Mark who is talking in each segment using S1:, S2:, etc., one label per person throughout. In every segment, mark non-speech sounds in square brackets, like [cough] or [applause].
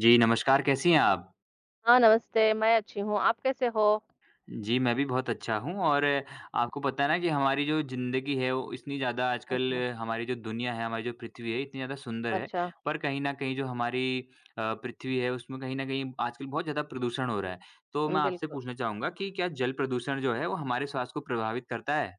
S1: जी, नमस्कार, कैसी हैं आप?
S2: हाँ, नमस्ते, मैं अच्छी हूँ, आप कैसे हो?
S1: जी, मैं भी बहुत अच्छा हूँ और आपको पता है ना कि हमारी जो ज़िंदगी है, वो इतनी ज़्यादा आजकल
S2: अच्छा।
S1: हमारी जो दुनिया है, हमारी जो पृथ्वी है, इतनी ज़्यादा सुंदर है,
S2: अच्छा,
S1: पर कहीं न कहीं जो हमारी पृथ्वी है, उसमें कहीं न कहीं आजकल बहुत ज़्यादा प्रदूषण हो रहा है। तो मैं आपसे
S2: बिल्कुल।
S1: पूछना चाहूँगा कि क्या जल प्रदूषण जो है, वो हमारे स्वास्थ्य को प्रभावित करता है?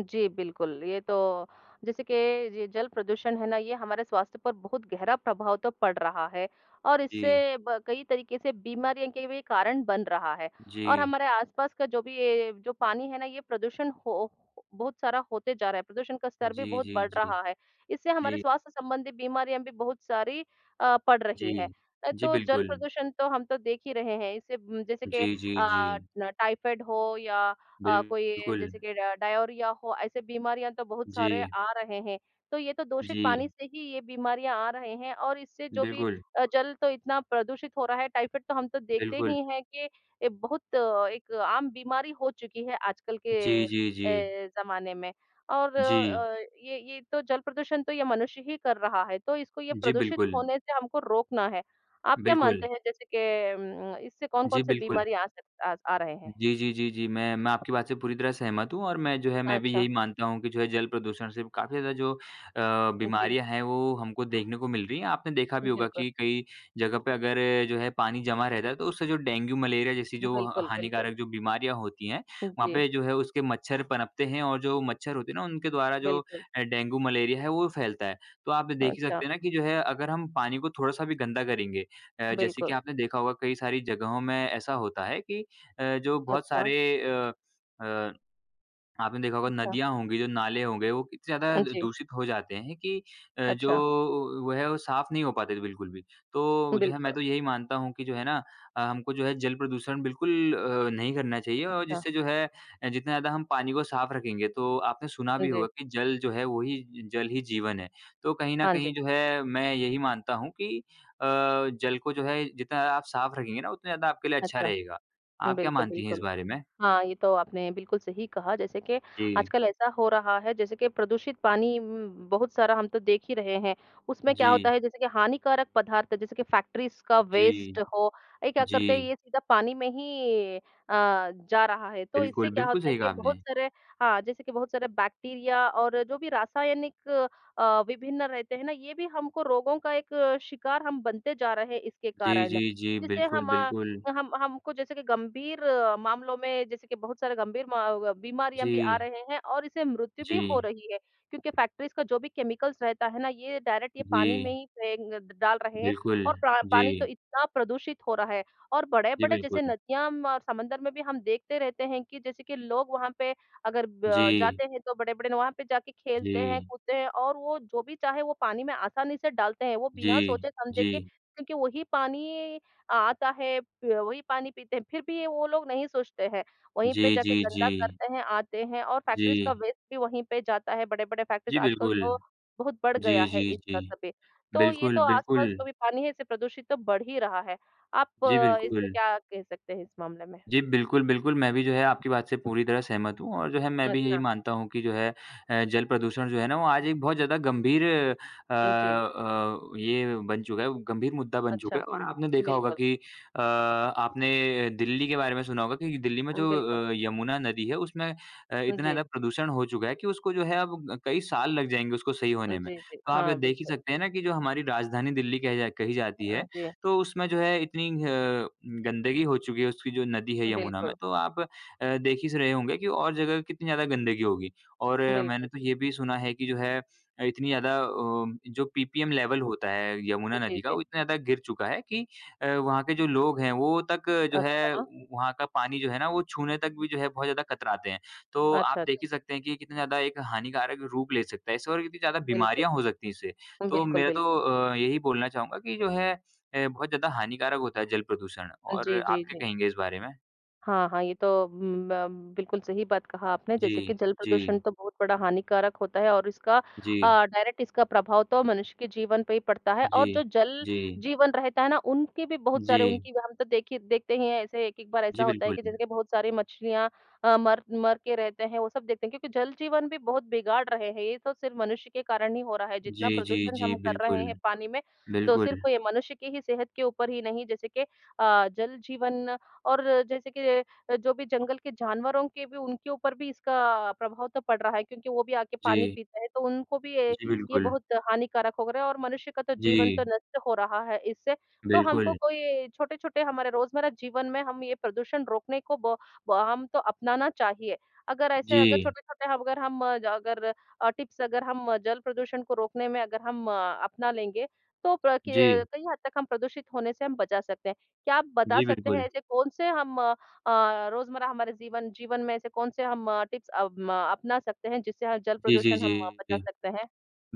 S2: जी, बिल्कुल। ये तो जैसे कि ये जल प्रदूषण है ना, ये हमारे स्वास्थ्य पर बहुत गहरा प्रभाव तो पड़ रहा है और
S1: जी,
S2: इससे ब कई तरीके से बीमारियों के भी कारण बन रहा है और
S1: जी।
S2: हमारे आसपास का जो भी ये जो पानी है ना, ये प्रदूषण हो बहुत सारा होते जा रहा है। प्रदूषण का स्तर भी
S1: जी,
S2: बहुत
S1: जी,
S2: बढ़
S1: जी।
S2: रहा है। इससे हमारे
S1: जी,
S2: स्वास्थ्य संबंधी बीमारियाँ भी बहुत सारी पड़
S1: जी।
S2: रही है।
S1: जी,
S2: तो जल
S1: बिल्कुल।
S2: प्रदूषण तो हम तो देख ही रहे हैं। इससे जैसे कि
S1: जी, जी,
S2: अ,
S1: जी।
S2: न टाइफाइड हो या कोई
S1: बिल्कुल।
S2: जैसे कि डा डायरिया हो, ऐसे बीमारियाँ तो बहुत सारे
S1: जी,
S2: आ रहे हैं। तो ये तो दूषित
S1: जी।
S2: पानी से ही ये बीमारियाँ आ रहे हैं और इससे जो भी
S1: बिल्कुल,
S2: जल तो इतना प्रदूषित हो रहा है, टाइफाइड तो हम तो देखते
S1: बिल्कुल।
S2: ही हैं कि ये बहुत एक आम बीमारी हो चुकी है आजकल के
S1: जी, जी, जी।
S2: ज़माने में। और
S1: जी।
S2: ये तो जल प्रदूषण तो ये मनुष्य ही कर रहा है, तो इसको ये
S1: जी,
S2: प्रदूषित
S1: बिल्कुल।
S2: होने से हमको रोकना है। आप क्या
S1: बिल्कुल।
S2: मानते हैं जैसे कि इससे कौन-कौन
S1: जी,
S2: से
S1: बिल्कुल।
S2: बीमारी आ सक आ आ रहे हैं?
S1: जी, जी, जी, जी। मैं आपकी बात से पूरी तरह सहमत हूँ और मैं जो है मैं भी
S2: अच्छा,
S1: यही मानता हूँ कि जो है जल प्रदूषण से काफ़ी ज़्यादा जो
S2: जी।
S1: बीमारियाँ हैं वो हमको देखने को मिल रही हैं। आपने देखा भी होगा
S2: बिल्कुल,
S1: कि कई जगह पे अगर जो है पानी जमा रहता है तो उससे जो डेंगू, मलेरिया जैसी जो ह
S2: बिल्कुल, बिल्कुल।
S1: हानिकारक जो बीमारियाँ होती हैं, वहाँ
S2: जी,
S1: पे जो है उसके मच्छर पनपते हैं और जो मच्छर होते हैं ना उनके द्वारा जो
S2: बिल्कुल।
S1: डेंगू, मलेरिया है वो फैलता है। तो आप देख ही
S2: अच्छा,
S1: सकते हैं ना कि जो है अगर हम पानी को थोड़ा-सा भी गंदा करेंगे जैसे
S2: बिल्कुल।
S1: कि आपने देखा होगा कई सारी जगहों में ऐसा होता है कि अ, जो बहुत
S2: अच्छा,
S1: सारे अ अ, आपने देखा होगा
S2: अच्छा।
S1: नदियाँ होंगी, जो नाले होंगे, वो इतने ज़्यादा द
S2: जी,
S1: दूषित हो जाते हैं कि अ, जो
S2: अच्छा,
S1: वो है वो साफ़ नहीं हो पाते बिल्कुल भी। तो जो है
S2: बिल्कुल,
S1: मैं तो यही मानता हूँ कि जो है ना हमको जो है जल प्रदूषण बिल्कुल नहीं करना चाहिए और
S2: अच्छा,
S1: जिससे जो है जितना ज़्यादा हम पानी को साफ़ रखेंगे तो आपने सुना भी
S2: जी।
S1: होगा कि जल जो है वही ज जल ही जीवन है। तो कहीं न
S2: हाँ जी,
S1: कहीं जो है मैं यही मानता हूँ कि अ, जल को जो है जितना आप साफ़ रखेंगे ना उतना ज़्यादा आपके लिए अच्छा
S2: अच्छा,
S1: रहेगा। आप क्या
S2: बिल्कुल,
S1: मानती हैं इस
S2: बिल्कुल।
S1: बारे में?
S2: हाँ, ये तो आपने बिल्कुल सही कहा, जैसे कि
S1: जी।
S2: आजकल ऐसा हो रहा है, जैसे कि प्रदूषित पानी बहुत सारा हम तो देख ही रहे हैं। उसमें क्या होता
S1: जी,
S2: है, जैसे कि हानिकारक पदार्थ, जैसे कि फैक्ट्रीज़ का
S1: जी।
S2: वेस्ट हो, ये क्या
S1: जी,
S2: करते हैं, ये सीधा पानी में ही जा रहा है। तो इससे
S1: बिल्कुल,
S2: क्या
S1: बिल्कुल
S2: होता है
S1: सही कहा
S2: कि बहुत
S1: आपने।
S2: सारे हाँ, जैसे कि बहुत सारे बैक्टीरिया और जो भी रासायनिक विभिन्न रहते हैं ना, ये भी हमको रोगों का एक शिकार हम बनते जा रहे हैं इसके
S1: जी,
S2: कारण।
S1: जी, जी,
S2: जिससे
S1: बिल्कुल, बिल्कुल।
S2: हम हमको जैसे कि गंभीर मामलों में जैसे कि बहुत सारे गंभीर मा बीमारियाँ भी आ
S1: जी,
S2: रहे हैं और इससे मृत्यु भी हो
S1: जी,
S2: रही है। क्योंकि फैक्ट्रीज़ का जो भी केमिकल्स रहता है ना, ये डायरेक्ट ये पानी में
S1: जी,
S2: ही फेंक ड डाल रहे हैं
S1: बिल्कुल।
S2: और प्रा
S1: जी,
S2: पानी तो इतना प्रदूषित हो रहा है। और
S1: जी,
S2: बड़े-बड़े जैसे
S1: बिल्कुल।
S2: नदियाँ म और समंदर में भी हम देखते रहते हैं कि जैसे कि लोग वहाँ पे अगर ब
S1: जी,
S2: जाते हैं तो बड़े-बड़े न वहाँ पे जाके खेलते हैं,
S1: जी,
S2: कूदते हैं और वो जो भी चाहे वो पानी में आसानी से डालते हैं। वो
S1: जी,
S2: बिना सोचे-समझे
S1: जी,
S2: के क्योंकि वही पानी आता है, प वही पानी पीते हैं, फिर भी ये वो लोग नहीं सोचते हैं। वहीं
S1: जी,
S2: पे जाके
S1: जी, जी,
S2: गंदा करते हैं, आते हैं और फैक्ट्रीज़ का
S1: जी,
S2: वेस्ट भी वहीं पे जाता है, बड़े-बड़े फैक्ट्रीज़
S1: जी,
S2: आजकल
S1: बिल्कुल।
S2: तो बहुत बढ़
S1: जी,
S2: गया है
S1: जी,
S2: इसका
S1: जी,
S2: सभी। तो ये
S1: बिल्कुल,
S2: तो आस-पास
S1: बिल्कुल।
S2: जो भी पानी है, इससे प्रदूषित तो बढ़ ही रहा है। आप
S1: जी,
S2: इससे
S1: बिल्कुल।
S2: क्या कह सकते हैं इस मामले में?
S1: जी, बिल्कुल, बिल्कुल। मैं भी जो है आपकी बात से पूरी तरह सहमत हूँ और जो है मैं भी यही
S2: अच्छा,
S1: मानता हूँ कि जो है जल प्रदूषण जो है ना वो आज एक बहुत ज़्यादा गंभीर
S2: जी,
S1: ये बन चुका है, गंभीर मुद्दा बन
S2: अच्छा,
S1: चुका है और आपने देखा होगा
S2: बिल्कुल,
S1: कि आपने दिल्ली के बारे में सुना होगा कि दिल्ली में जो
S2: बिल्कुल,
S1: यमुना नदी है उसमें इतना
S2: जी,
S1: ज़्यादा प्रदूषण हो चुका है कि उसको जो है अब कई साल लग जाएँगे उसको सही होने में।
S2: जी, जी,
S1: तो आप ये
S2: हाँ,
S1: देख ही
S2: बिल्कुल,
S1: सकते हैं ना कि जो हमारी राजधानी दिल्ली कही जाती है
S2: जी,
S1: तो उसमें जो है इतनी गंदगी हो चुकी है उसकी जो नदी है यमुना
S2: बिल्कुल,
S1: में, तो आप देख ही रहे होंगे कि और जगह कितनी ज़्यादा गंदगी होगी। और मैंने
S2: बिल्कुल,
S1: तो ये भी सुना है कि जो है इतनी ज़्यादा जो पीपीएम लेवल होता है यमुना
S2: जी,
S1: नदी का,
S2: जी,
S1: वो इतना ज़्यादा गिर चुका है कि वहाँ के जो लोग हैं वो तक जो है
S2: अच्छा,
S1: वहाँ का पानी जो है ना वो छूने तक भी जो है बहुत ज़्यादा कतराते हैं। तो
S2: अच्छा,
S1: आप देख
S2: अच्छा,
S1: ही सकते हैं कि कितना ज़्यादा एक हानिकारक रूप ले सकता है इससे और कितनी ज़्यादा
S2: बिल्कुल,
S1: बीमारियाँ हो सकती हैं इससे। तो
S2: बिल्कुल,
S1: मेरा तो
S2: बिल्कुल।
S1: यही बोलना चाहूँगा कि जो है बहुत ज़्यादा हानिकारक होता है जल प्रदूषण और
S2: जी,
S1: आप
S2: जी,
S1: क्या
S2: जी।
S1: कहेंगे इस बारे में?
S2: हाँ, हाँ, ये तो बिल्कुल सही बात कहा आपने
S1: जी,
S2: जैसे कि जल
S1: जी,
S2: प्रदूषण तो बहुत बड़ा हानिकारक होता है और
S1: जी,
S2: डायरेक्ट इसका प्रभाव तो मनुष्य के जीवन पे ही पड़ता है
S1: जी,
S2: और जो जल
S1: जी,
S2: जीवन रहता है ना, उनके भी बहुत
S1: जी,
S2: सारे उनकी भी हम तो देखिए देखते ही हैं ऐसे एक-एक बार ऐसा
S1: जी,
S2: होता है
S1: बिल्कुल।
S2: कि जैसे कि बहुत सारी मछलियाँ मर मर के रहते हैं, वो सब देखते हैं क्योंकि जल जीवन भी बहुत बिगाड़ रहे हैं, ये तो सिर्फ मनुष्य के कारण ही हो रहा है, जितना
S1: जी, जी,
S2: प्रदूषण
S1: जी,
S2: हम कर
S1: बिल्कुल,
S2: रहे हैं पानी में, तो
S1: बिल्कुल,
S2: सिर्फ ये मनुष्य की ही सेहत के ऊपर ही नहीं जैसे कि जल जीवन और जैसे कि जो भी जंगल के जानवरों के भी उनके ऊपर भी इसका प्रभाव तो पड़ रहा है क्योंकि वो भी आके पानी
S1: जी,
S2: पीते हैं, तो उनको भी
S1: जी,
S2: ये
S1: बिल्कुल,
S2: बहुत हानिकारक हो रहा है और मनुष्य का तो जीवन तो
S1: जी,
S2: नष्ट हो रहा है इससे। तो हमको
S1: बिल्कुल,
S2: कोई छोटे-छोटे हमारे रोज़मर्रा जीवन में हम ये प्रदूषण रोकने को ब ब हम तो अपनाना चाहिए। अगर ऐसे अगर
S1: जी,
S2: छोटे-छोटे हम अगर हम अ, ज अगर टिप्स अगर हम जल प्रदूषण को रोकने में अगर हम अपना लेंगे, तो प्र के
S1: जी,
S2: कई हद तक हम प्रदूषित होने से हम बचा सकते हैं। क्या आप बता
S1: जी,
S2: सकते हैं
S1: बिल्कुल।
S2: ऐसे कौन से हम रोज़मर्रा हमारे जीवन जीवन में ऐसे कौन से हम टिप्स अपना सकते हैं जिससे हम जल
S1: जी, जी,
S2: प्रदूषण हम बचा
S1: जी।
S2: सकते हैं?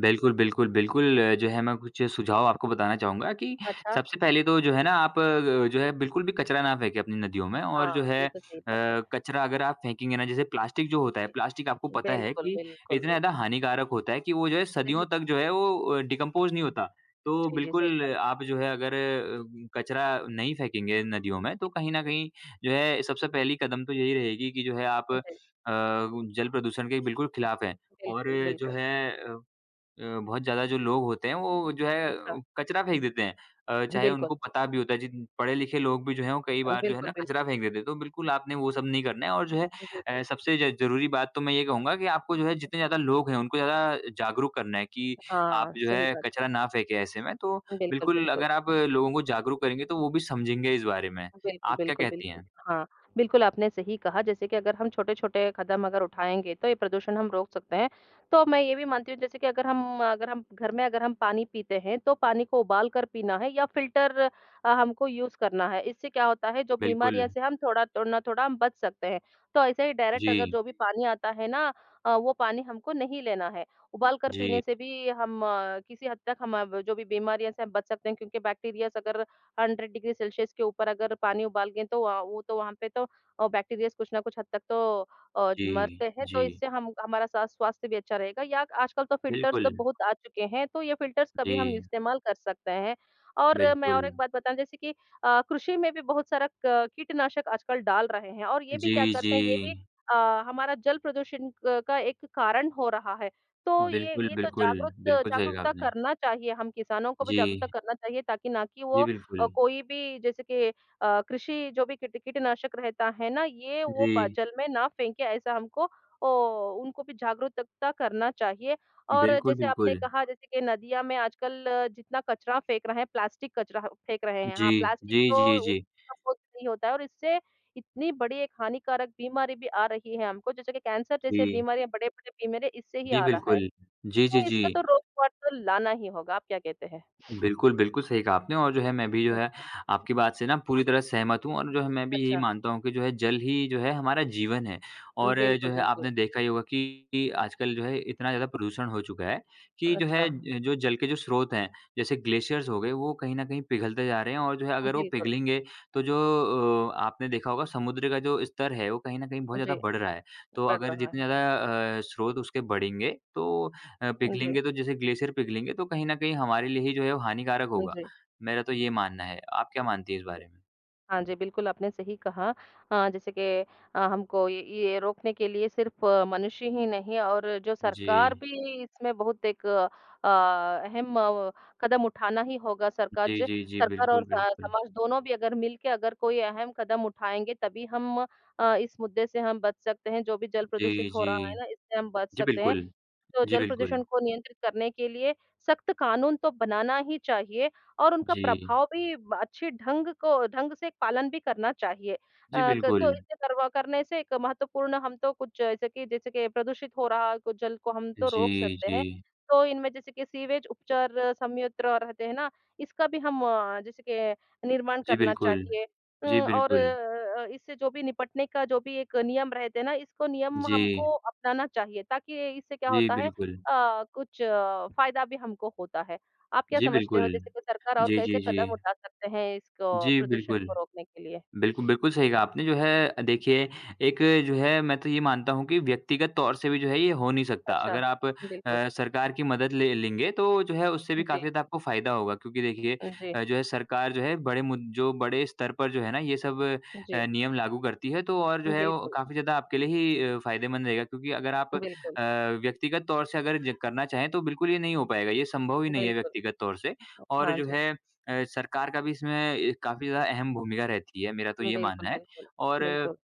S1: बिल्कुल, बिल्कुल, बिल्कुल जो है मैं कुछ सुझाव आपको बताना चाहूँगा कि
S2: अच्छा,
S1: सबसे पहले तो जो है ना आप जो है बिल्कुल भी कचरा ना फेंकें अपनी नदियों में और जो
S2: हाँ, ये
S1: है
S2: तो सही बात है।
S1: कचरा अगर आप फेंकेंगे ना जैसे प्लास्टिक जो होता है,
S2: जी,
S1: प्लास्टिक आपको पता है
S2: बिल्कुल,
S1: कि
S2: बिल्कुल,
S1: इतना ज़्यादा
S2: बिल्कुल।
S1: हानिकारक होता है कि वो जो है
S2: सही
S1: सदियों तक जो है वो डिकम्पोज़ नहीं होता। तो
S2: जी, जी, सही
S1: बिल्कुल
S2: बात
S1: आप जो है अगर कचरा नहीं फेंकेंगे नदियों
S2: है।
S1: में
S2: जी,
S1: तो कहीं न कहीं जो है सबसे पहली कदम तो यही रहेगी कि जो है आप जल प्रदूषण के बिल्कुल खिलाफ हैं और
S2: बिल्कुल,
S1: जो
S2: बिल्कुल।
S1: है अ बहुत ज़्यादा जो लोग होते हैं वो जो है
S2: अच्छा,
S1: कचरा फेंक देते हैं। चाहे
S2: बिल्कुल,
S1: उनको पता भी होता है जिन पढ़े-लिखे लोग भी जो हैं वो कई बार जो है
S2: बिल्कुल,
S1: ना
S2: बिल्कुल,
S1: कचरा फेंक देते हैं। तो बिल्कुल आपने वो सब नहीं करना है और जो है
S2: बिल्कुल।
S1: अ, सबसे ज ज़रूरी बात तो मैं ये कहूँगा कि आपको जो है जितने ज़्यादा लोग हैं उनको ज़्यादा जागरूक करना है कि आप
S2: हाँ,
S1: जो
S2: सही
S1: है
S2: बात
S1: कचरा ना फेंकें ऐसे में। तो
S2: है। बिल्कुल,
S1: बिल्कुल
S2: बिल्कुल।
S1: अगर आप लोगों को जागरूक करेंगे तो वो भी समझेंगे इस बारे में।
S2: बिल्कुल,
S1: आप क्या
S2: बिल्कुल,
S1: कहती
S2: बिल्कुल।
S1: हैं?
S2: हाँ, बिल्कुल आपने सही कहा जैसे कि अगर हम छोटे-छोटे कदम अगर उठाएँगे तो ये प्रदूषण हम रोक सकते हैं। तो मैं ये भी मानती हूँ जैसे कि अगर हम अगर हम घर में अगर हम पानी पीते हैं तो पानी को उबाल कर पीना है या फ़िल्टर हमको यूज़ करना है। इससे क्या होता है जो
S1: बिल्कुल।
S2: बीमारियाँ से हम थोड़ा तो ना थोड़ा हम बच सकते हैं। तो ऐसे ही डायरेक्ट अगर
S1: जी,
S2: जो भी पानी आता है ना वो पानी हमको नहीं लेना है। उबाल कर पीने
S1: जी,
S2: से भी हम किसी हद तक हम अब जो भी बीमारियाँ से हम बच सकते हैं क्योंकि बैक्टीरियाज़ अगर 100 डिग्री सेल्सियस के ऊपर अगर पानी उबाल गए तो वहाँ वो तो वहाँ पे तो बैक्टीरियाज़ कुछ ना कुछ हद तक तो
S1: जी,
S2: मरते हैं, तो
S1: जी।
S2: इससे हम हमारा सा स्वास्थ्य भी अच्छा रहेगा या आजकल तो फ़िल्टर्स तो
S1: बिल्कुल।
S2: बहुत आ चुके हैं, तो ये फ़िल्टर्स का भी हम
S1: जी,
S2: इस्तेमाल कर सकते हैं। और मैं
S1: बिल्कुल।
S2: और एक बात बताऊँ जैसे कि कृषि में भी बहुत सारा क कीटनाशक आजकल डाल रहे हैं और ये भी
S1: जी,
S2: क्या
S1: जी।
S2: करते हैं, ये भी अ, हमारा जल प्रदूषण क का एक कारण हो रहा है। तो ये
S1: बिल्कुल,
S2: ये तो
S1: बिल्कुल। बिल्कुल सही कहा
S2: जागरूकता
S1: आपने।
S2: करना चाहिए, हम किसानों को भी
S1: जी।
S2: जागरूकता करना चाहिए ताकि ना कि वो
S1: जी, बिल्कुल।
S2: कोई भी जैसे कि कृषि जो भी कीटनाशक रहता है ना, ये वो
S1: जी।
S2: प जल में ना फेंके ऐसा हमको ओ उनको भी जागरूकता करना चाहिए। और
S1: बिल्कुल,
S2: जैसे आपने
S1: बिल्कुल।
S2: कहा जैसे कि नदियाँ में आजकल जितना कचरा फेंक रहे हैं, प्लास्टिक कचरा फेंक रहे हैं।
S1: जी।
S2: हाँ, प्लास्टिक
S1: जी,
S2: तो
S1: जी, जी।
S2: उतना बहुत नहीं होता है और इससे इतनी बड़ी एक हानिकारक बीमारी भी आ रही है हमको जैसे कि कैंसर जैसे
S1: जी।
S2: बीमारियाँ, बड़े-बड़े बीमारियाँ इससे ही
S1: जी,
S2: आ रहा है।
S1: बिल्कुल। जी,
S2: तो
S1: जी, जी।
S2: इसका तो रोक-टोक तो लाना ही होगा। आप क्या कहते हैं?
S1: बिल्कुल, बिल्कुल सही कहा आपने और जो है मैं भी जो है
S2: अच्छा,
S1: आपकी बात से ना पूरी तरह सहमत हूँ और जो है मैं भी यही
S2: अच्छा।
S1: मानता हूँ कि जो है जल ही जो है हमारा जीवन है। और जो
S2: बिल्कुल,
S1: है
S2: बिल्कुल।
S1: आपने देखा ही होगा कि आजकल जो है इतना ज़्यादा प्रदूषण हो चुका है कि जो
S2: अच्छा,
S1: है ज जो जल के जो स्रोत हैं, जैसे ग्लेशियर्स हो गए वो कहीं न कहीं पिघलते जा रहे हैं और जो है अगर वो
S2: बिल्कुल,
S1: पिघलेंगे तो जो आपने देखा होगा समुद्र का जो स्तर है वो कहीं न कहीं बहुत ज़्यादा
S2: जी,
S1: बढ़ रहा है। तो
S2: बढ़
S1: अगर
S2: रहा
S1: जितने
S2: है, हाँ।
S1: ज़्यादा स्रोत उसके बढ़ेंगे तो
S2: जी,
S1: पिघलेंगे तो जैसे ग्लेशियर पिघलेंगे तो कहीं न कहीं हमारे लिए ही जो है वो हानिकारक
S2: जी,
S1: होगा।
S2: जी।
S1: मेरा तो ये मानना है। आप क्या मानती हैं इस बारे में?
S2: हाँ जी, बिल्कुल आपने सही कहा जैसे कि हमको ये रोकने के लिए सिर्फ़ मनुष्य ही नहीं और जो
S1: जी।
S2: सरकार भी इसमें बहुत एक अहम कदम उठाना ही होगा
S1: जी, जी, जी।
S2: सरकार और
S1: बिल्कुल,
S2: स
S1: बिल्कुल।
S2: समाज दोनों भी अगर मिल के अगर कोई अहम कदम उठाएँगे तभी हम इस मुद्दे से हम बच सकते हैं, जो भी जल
S1: जी,
S2: प्रदूषित हो
S1: जी।
S2: रहा है ना, इससे हम बच
S1: जी,
S2: सकते हैं।
S1: बिल्कुल।
S2: तो
S1: जी,
S2: जल
S1: बिल्कुल।
S2: प्रदूषण को नियंत्रित करने के लिए सख्त कानून तो बनाना ही चाहिए और उनका
S1: जी।
S2: प्रभाव भी अच्छे ढंग से पालन भी करना चाहिए।
S1: जी,
S2: क
S1: बिल्कुल।
S2: तो इसे करवा करने से एक महत्वपूर्ण हम तो कुछ जैसे कि प्रदूषित हो रहा कुछ जल को हम तो रोक
S1: जी,
S2: सकते
S1: जी।
S2: हैं। तो इनमें जैसे कि सीवेज उपचार संयंत्र रहते हैं ना, इसका भी हम जैसे कि निर्माण
S1: जी,
S2: करना
S1: बिल्कुल।
S2: चाहिए
S1: जी,
S2: और
S1: बिल्कुल।
S2: इससे जो भी निपटने का जो भी एक नियम रहते हैं ना, इसको नियम
S1: जी।
S2: हमको अपनाना चाहिए ताकि इससे क्या
S1: जी,
S2: होता है
S1: बिल्कुल।
S2: कुछ फ़ायदा भी हमको होता है। आप क्या
S1: जी,
S2: समझते
S1: बिल्कुल।
S2: हो जैसे कि सरकार और
S1: जी,
S2: कैसे
S1: जी, जी।
S2: कदम उठा सकते हैं इसको
S1: जी,
S2: प्रदूषण
S1: बिल्कुल।
S2: को रोकने के लिए?
S1: बिल्कुल, बिल्कुल सही कहा आपने जो है देखिए एक जो है मैं तो ये मानता हूँ कि व्यक्तिगत तौर से भी जो है ये हो नहीं सकता।
S2: अच्छा,
S1: अगर आप
S2: बिल्कुल।
S1: सरकार की मदद ले लेंगे तो जो है उससे भी काफ़ी
S2: जी,
S1: ज़्यादा आपको फ़ायदा होगा क्योंकि देखिए
S2: जी,
S1: जो है सरकार जो है बड़े मुद जो बड़े स्तर पर जो है ना ये सब
S2: जी।
S1: नियम लागू करती है तो और जो है वो
S2: बिल्कुल,
S1: काफ़ी ज़्यादा आपके लिए ही फ़ायदेमंद रहेगा क्योंकि अगर आप
S2: बिल्कुल,
S1: व्यक्तिगत तौर से अगर ज करना चाहें तो बिल्कुल ये नहीं हो पाएगा, ये संभव ही नहीं है
S2: बिल्कुल।
S1: व्यक्तिगत तौर से। और
S2: हाँ
S1: जो
S2: जी,
S1: है सरकार का भी इसमें काफ़ी ज़्यादा अहम भूमिका रहती है, मेरा तो ये
S2: बिल्कुल,
S1: मानना है
S2: बिल्कुल,
S1: और अ,
S2: बिल्कुल।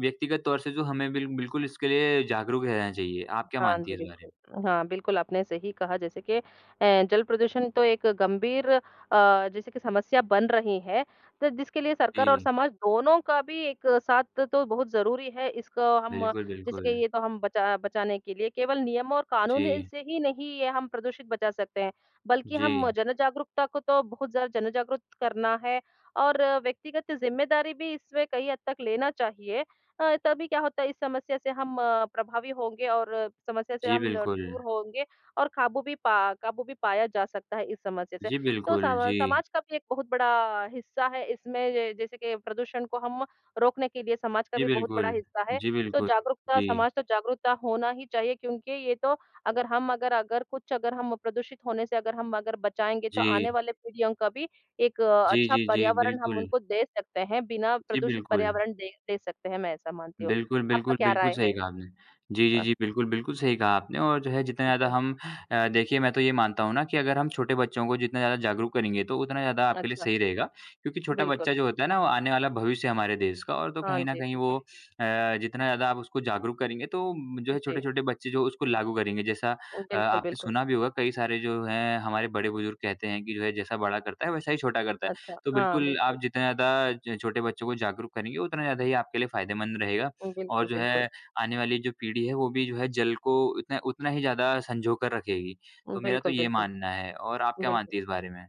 S1: व्यक्तिगत तौर से जो हमें बिल्कुल इसके लिए जागरूक रहना चाहिए। आप क्या
S2: हाँ
S1: मानती
S2: जी,
S1: हैं इस बारे में?
S2: बिल्कुल। हाँ, बिल्कुल आपने सही कहा जैसे कि जल प्रदूषण तो एक गंभीर जैसे कि समस्या बन रही है, तो जिसके लिए सरकार और
S1: जी,
S2: समाज दोनों का भी एक साथ तो बहुत ज़रूरी है। इसको हम
S1: बिल्कुल,
S2: जैसे
S1: बिल्कुल।
S2: कि ये तो हम बचाने के लिए केवल नियम और कानून
S1: जी,
S2: से ही नहीं ये हम प्रदूषित बचा सकते हैं, बल्कि
S1: जी,
S2: हम जन जागरूकता को तो बहुत ज़्यादा जन जागरूक करना है और व्यक्तिगत ज़िम्मेदारी भी इसमें कई हद तक लेना चाहिए। तभी क्या होता है इस समस्या से हम प्रभावी होंगे और समस्या से
S1: जी,
S2: हम
S1: बिल्कुल।
S2: दूर होंगे और काबू भी पाया जा सकता है इस समस्या से।
S1: जी,
S2: तो
S1: बिल्कुल,
S2: सम
S1: जी।
S2: समाज का भी एक बहुत बड़ा हिस्सा है इसमें ज जैसे कि प्रदूषण को हम रोकने के लिए समाज का
S1: जी,
S2: भी बहुत बड़ा
S1: बिल्कुल।
S2: हिस्सा है।
S1: जी,
S2: तो
S1: बिल्कुल।
S2: जागरूकता
S1: जी,
S2: समाज तो जागरूकता होना ही चाहिए क्योंकि ये तो अगर हम प्रदूषित होने से अगर बचाएँगे तो
S1: जी।
S2: आने वाले पीढ़ियों का भी एक
S1: जी,
S2: अच्छा
S1: जी, जी,
S2: पर्यावरण हम
S1: बिल्कुल।
S2: उनको दे सकते हैं, बिना
S1: जी,
S2: प्रदूषित
S1: बिल्कुल।
S2: पर्यावरण दे दे सकते हैं, मैं ऐसा मानती हूँ।
S1: बिल्कुल,
S2: आपका
S1: बिल्कुल,
S2: क्या
S1: बिल्कुल
S2: राय है?
S1: सही कहा आपने। जी, जी,
S2: अ,
S1: जी, बिल्कुल, बिल्कुल सही कहा आपने और जो है जितना ज़्यादा
S2: अच्छा,
S1: हम देखिए मैं तो ये मानता हूँ ना कि अगर हम छोटे बच्चों को जितना ज़्यादा जागरूक करेंगे तो उतना ज़्यादा आपके लिए
S2: अच्छा,
S1: सही रहेगा क्योंकि छोटा
S2: बिल्कुल।
S1: बच्चा जो होता है ना वो आने वाला भविष्य है हमारे देश का और तो
S2: हाँ
S1: कहीं न
S2: जी,
S1: कहीं
S2: बिल्कुल।
S1: वो जितना ज़्यादा आप उसको जागरूक करेंगे तो जो है
S2: जी,
S1: छोटे-छोटे बच्चे जो उसको लागू करेंगे। जैसा
S2: बिल्कुल,
S1: आपने
S2: बिल्कुल।
S1: सुना भी होगा कई सारे जो हैं हमारे बड़े बुजुर्ग कहते हैं कि जो है जैसा बड़ा करता है वैसा ही छोटा करता है।
S2: अच्छा,
S1: तो
S2: हाँ,
S1: बिल्कुल
S2: बिल्कुल।
S1: आप जितना ज़्यादा ज छोटे बच्चों को जागरूक करेंगे उतना ज़्यादा ही आपके लिए फ़ायदेमंद रहेगा। और
S2: बिल्कुल,
S1: जो
S2: बिल्कुल।
S1: है आने वाली जो पीढ़ी है वो भी जो है जल को उतना उतना ही ज़्यादा सँजो कर रखेगी। तो मेरा तो
S2: बिल्कुल,
S1: ये
S2: बिल्कुल।
S1: मानना है और आप क्या
S2: बिल्कुल।
S1: मानती हैं इस बारे में?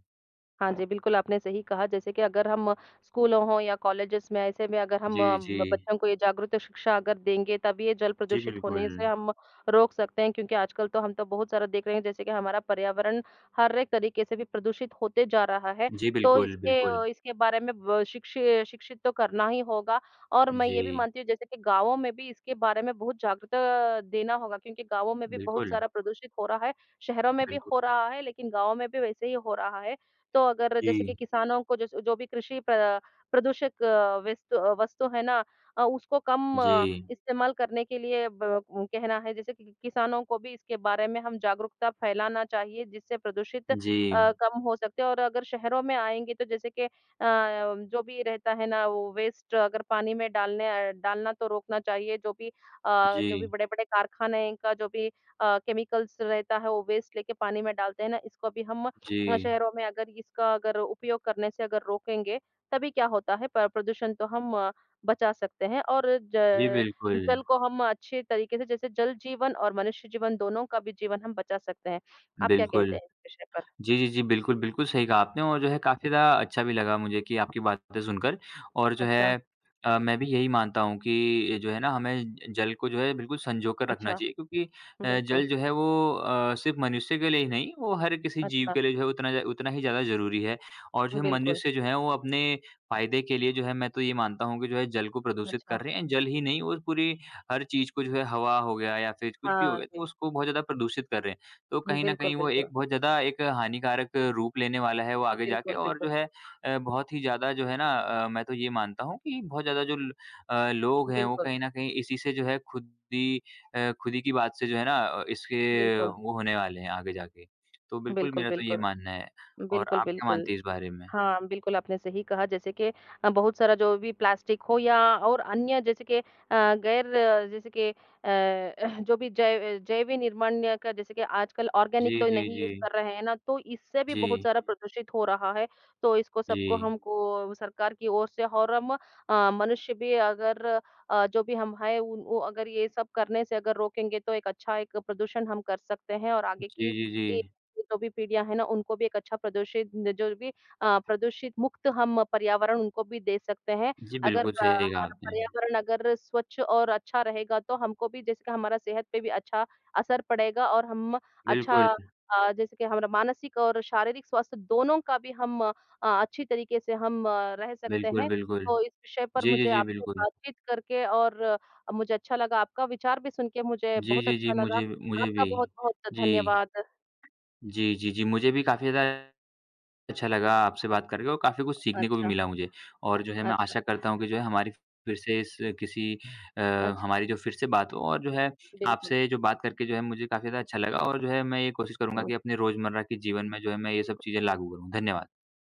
S2: हाँ जी, बिल्कुल आपने सही कहा, जैसे कि अगर हम स्कूलों हों या कॉलेजेस में ऐसे में अगर हम
S1: जी, जी।
S2: ब बच्चों को ये जागरूक शिक्षा अगर देंगे तभी ये जल
S1: जी,
S2: प्रदूषित
S1: बिल्कुल।
S2: होने से हम रोक सकते हैं क्योंकि आजकल तो हम तो बहुत सारा देख रहे हैं जैसे कि हमारा पर्यावरण हर एक तरीके से भी प्रदूषित होते जा रहा है।
S1: जी,
S2: तो
S1: बिल्कुल, बिल्कुल।
S2: इसके बारे में ब शिक्षि शिक्षित तो करना ही होगा और मैं ये भी
S1: जी,
S2: मानती हूँ जैसे कि गाँवों में भी इसके बारे में बहुत जागरूकता देना होगा क्योंकि गाँवों में भी बहुत
S1: बिल्कुल,
S2: सारा प्रदूषित हो रहा है, शहरों में भी
S1: बिल्कुल।
S2: हो रहा है लेकिन गाँवों में भी वैसे ही हो रहा है। तो अगर जैसे कि
S1: जी,
S2: किसानों को जैसे जो भी कृषि प्र प्रदूषक वस्तु है ना उसको कम
S1: जी,
S2: इस्तेमाल करने के लिए कहना है जैसे कि किसानों को भी इसके बारे में हम जागरूकता फैलाना चाहिए जिससे प्रदूषित
S1: जी,
S2: कम हो सकते हैं और अगर शहरों में आएँगे तो जैसे कि जो भी रहता है ना वो वेस्ट अगर पानी में डालने अ, डालना तो रोकना चाहिए जो भी जो भी
S1: जी,
S2: बड़े-बड़े कारखाने का जो भी केमिकल्स रहता है वो वेस्ट लेके पानी में डालते हैं ना इसको भी हम
S1: जी,
S2: शहरों में अगर इसका अगर उपयोग करने से अगर रोकेंगे, तभी क्या होता है प प्रदूषण तो हम बचा सकते हैं और
S1: जी,
S2: ज
S1: बिल्कुल,
S2: जल को हम अच्छे तरीके से जैसे जल जीवन और मनुष्य जीवन दोनों का भी जीवन हम बचा सकते हैं। आप क्या कहते
S1: बिल्कुल।
S2: हैं इस विषय पर?
S1: जी, जी, जी। बिल्कुल, बिल्कुल सही कहा आपने और जो है काफ़ी ज़्यादा अच्छा भी लगा मुझे कि आपकी बातें सुनकर और जो है
S2: अच्छा,
S1: मैं भी यही मानता हूँ कि जो है ना हमें ज जल को जो है बिल्कुल संजो कर रखना
S2: अच्छा,
S1: चाहिए क्योंकि
S2: बिल्कुल।
S1: जल जो है वो सिर्फ़ मनुष्य के लिए ही नहीं, वो हर किसी जीव
S2: अच्छा,
S1: के लिए जो है उतना ही ज़्यादा ज़रूरी है और जो है
S2: बिल्कुल,
S1: मनुष्य जो है वो अपने फ़ायदे के लिए जो है मैं तो ये मानता हूँ कि जो है जल को प्रदूषित
S2: अच्छा।
S1: कर रहे हैं। जल ही नहीं वो पूरी हर चीज़ को जो है हवा हो गया या फिर कुछ भी हो
S2: हाँ
S1: गया तो
S2: जी,
S1: उसको बहुत ज़्यादा प्रदूषित कर रहे हैं। तो कहीं न
S2: बिल्कुल,
S1: कहीं वो एक
S2: बिल्कुल।
S1: बहुत ज़्यादा एक हानिकारक रूप लेने वाला है वो आगे जाके
S2: बिल्कुल,
S1: और
S2: बिल्कुल,
S1: जो है बहुत ही ज़्यादा जो है ना मैं तो ये मानता हूँ कि बहुत ज़्यादा जो लोग हैं वो
S2: बिल्कुल,
S1: कहीं न कहीं इसी से जो है खुद ही खुदी की बात से जो है ना इसके
S2: बिल्कुल,
S1: वो होने वाले हैं आगे जाके। तो बिल्कुल
S2: बिल्कुल,
S1: मेरा तो ये
S2: बिल्कुल।
S1: मानना है और
S2: बिल्कुल,
S1: आप क्या मानती
S2: बिल्कुल।
S1: हैं इस बारे में?
S2: हाँ, बिल्कुल आपने सही कहा जैसे कि बहुत सारा जो भी प्लास्टिक हो या और अन्य जैसे कि गैर अ, जैसे कि अ, [laughs] जो भी जैव जैव निर्माण्य का जैसे कि आजकल ऑर्गेनिक
S1: जी,
S2: तो
S1: जी,
S2: नहीं
S1: जी।
S2: यूज़ कर रहे हैं ना, तो इससे भी बहुत
S1: जी,
S2: सारा प्रदूषित हो रहा है। तो इसको सबको
S1: जी।
S2: हमको सरकार की ओर से और हम मनुष्य भी अगर जो भी हम हैं उन वो अगर ये सब करने से अगर रोकेंगे तो एक अच्छा एक प्रदूषण हम कर सकते हैं और आगे
S1: जी,
S2: की
S1: जी, जी।
S2: जो भी पीढ़ियाँ हैं ना, उनको भी एक अच्छा जो भी प्रदूषित मुक्त हम पर्यावरण उनको भी दे सकते हैं।
S1: जी,
S2: अगर
S1: बिल्कुल सही कहा
S2: हमारा
S1: आपने।
S2: पर्यावरण अगर स्वच्छ और अच्छा रहेगा तो हमको भी जैसे कि हमारा सेहत पे भी अच्छा असर पड़ेगा और हम अच्छा
S1: बिल्कुल,
S2: जैसे कि हमारा मानसिक और शारीरिक स्वास्थ्य दोनों का भी हम अच्छी तरीके से हम रह सकते
S1: बिल्कुल,
S2: हैं।
S1: बिल्कुल।
S2: तो इस विषय पर
S1: जी, जी,
S2: मुझे
S1: जी,
S2: आपसे
S1: बिल्कुल।
S2: बातचीत करके और मुझे अच्छा लगा, आपका विचार भी सुन के मुझे
S1: जी,
S2: बहुत
S1: जी, जी,
S2: अच्छा लगा।
S1: मुझे
S2: आपका
S1: भी।
S2: बहुत-बहुत
S1: जी।
S2: धन्यवाद।
S1: जी, जी, जी, मुझे भी काफ़ी ज़्यादा अच्छा लगा आपसे बात करके और काफ़ी कुछ सीखने को भी
S2: अच्छा।
S1: मिला मुझे। और जो है मैं
S2: अच्छा,
S1: आशा करता हूँ कि जो है हमारी फिर से इस किसी अ,
S2: अच्छा,
S1: हमारी जो फिर से बात हो और जो है
S2: बिल्कुल।
S1: आपसे जो बात करके जो है मुझे काफ़ी ज़्यादा अच्छा लगा और जो है मैं ये कोशिश करूँगा कि अपने रोज़मर्रा के जीवन में जो है मैं ये सब चीज़ें लागू करूँ। धन्यवाद।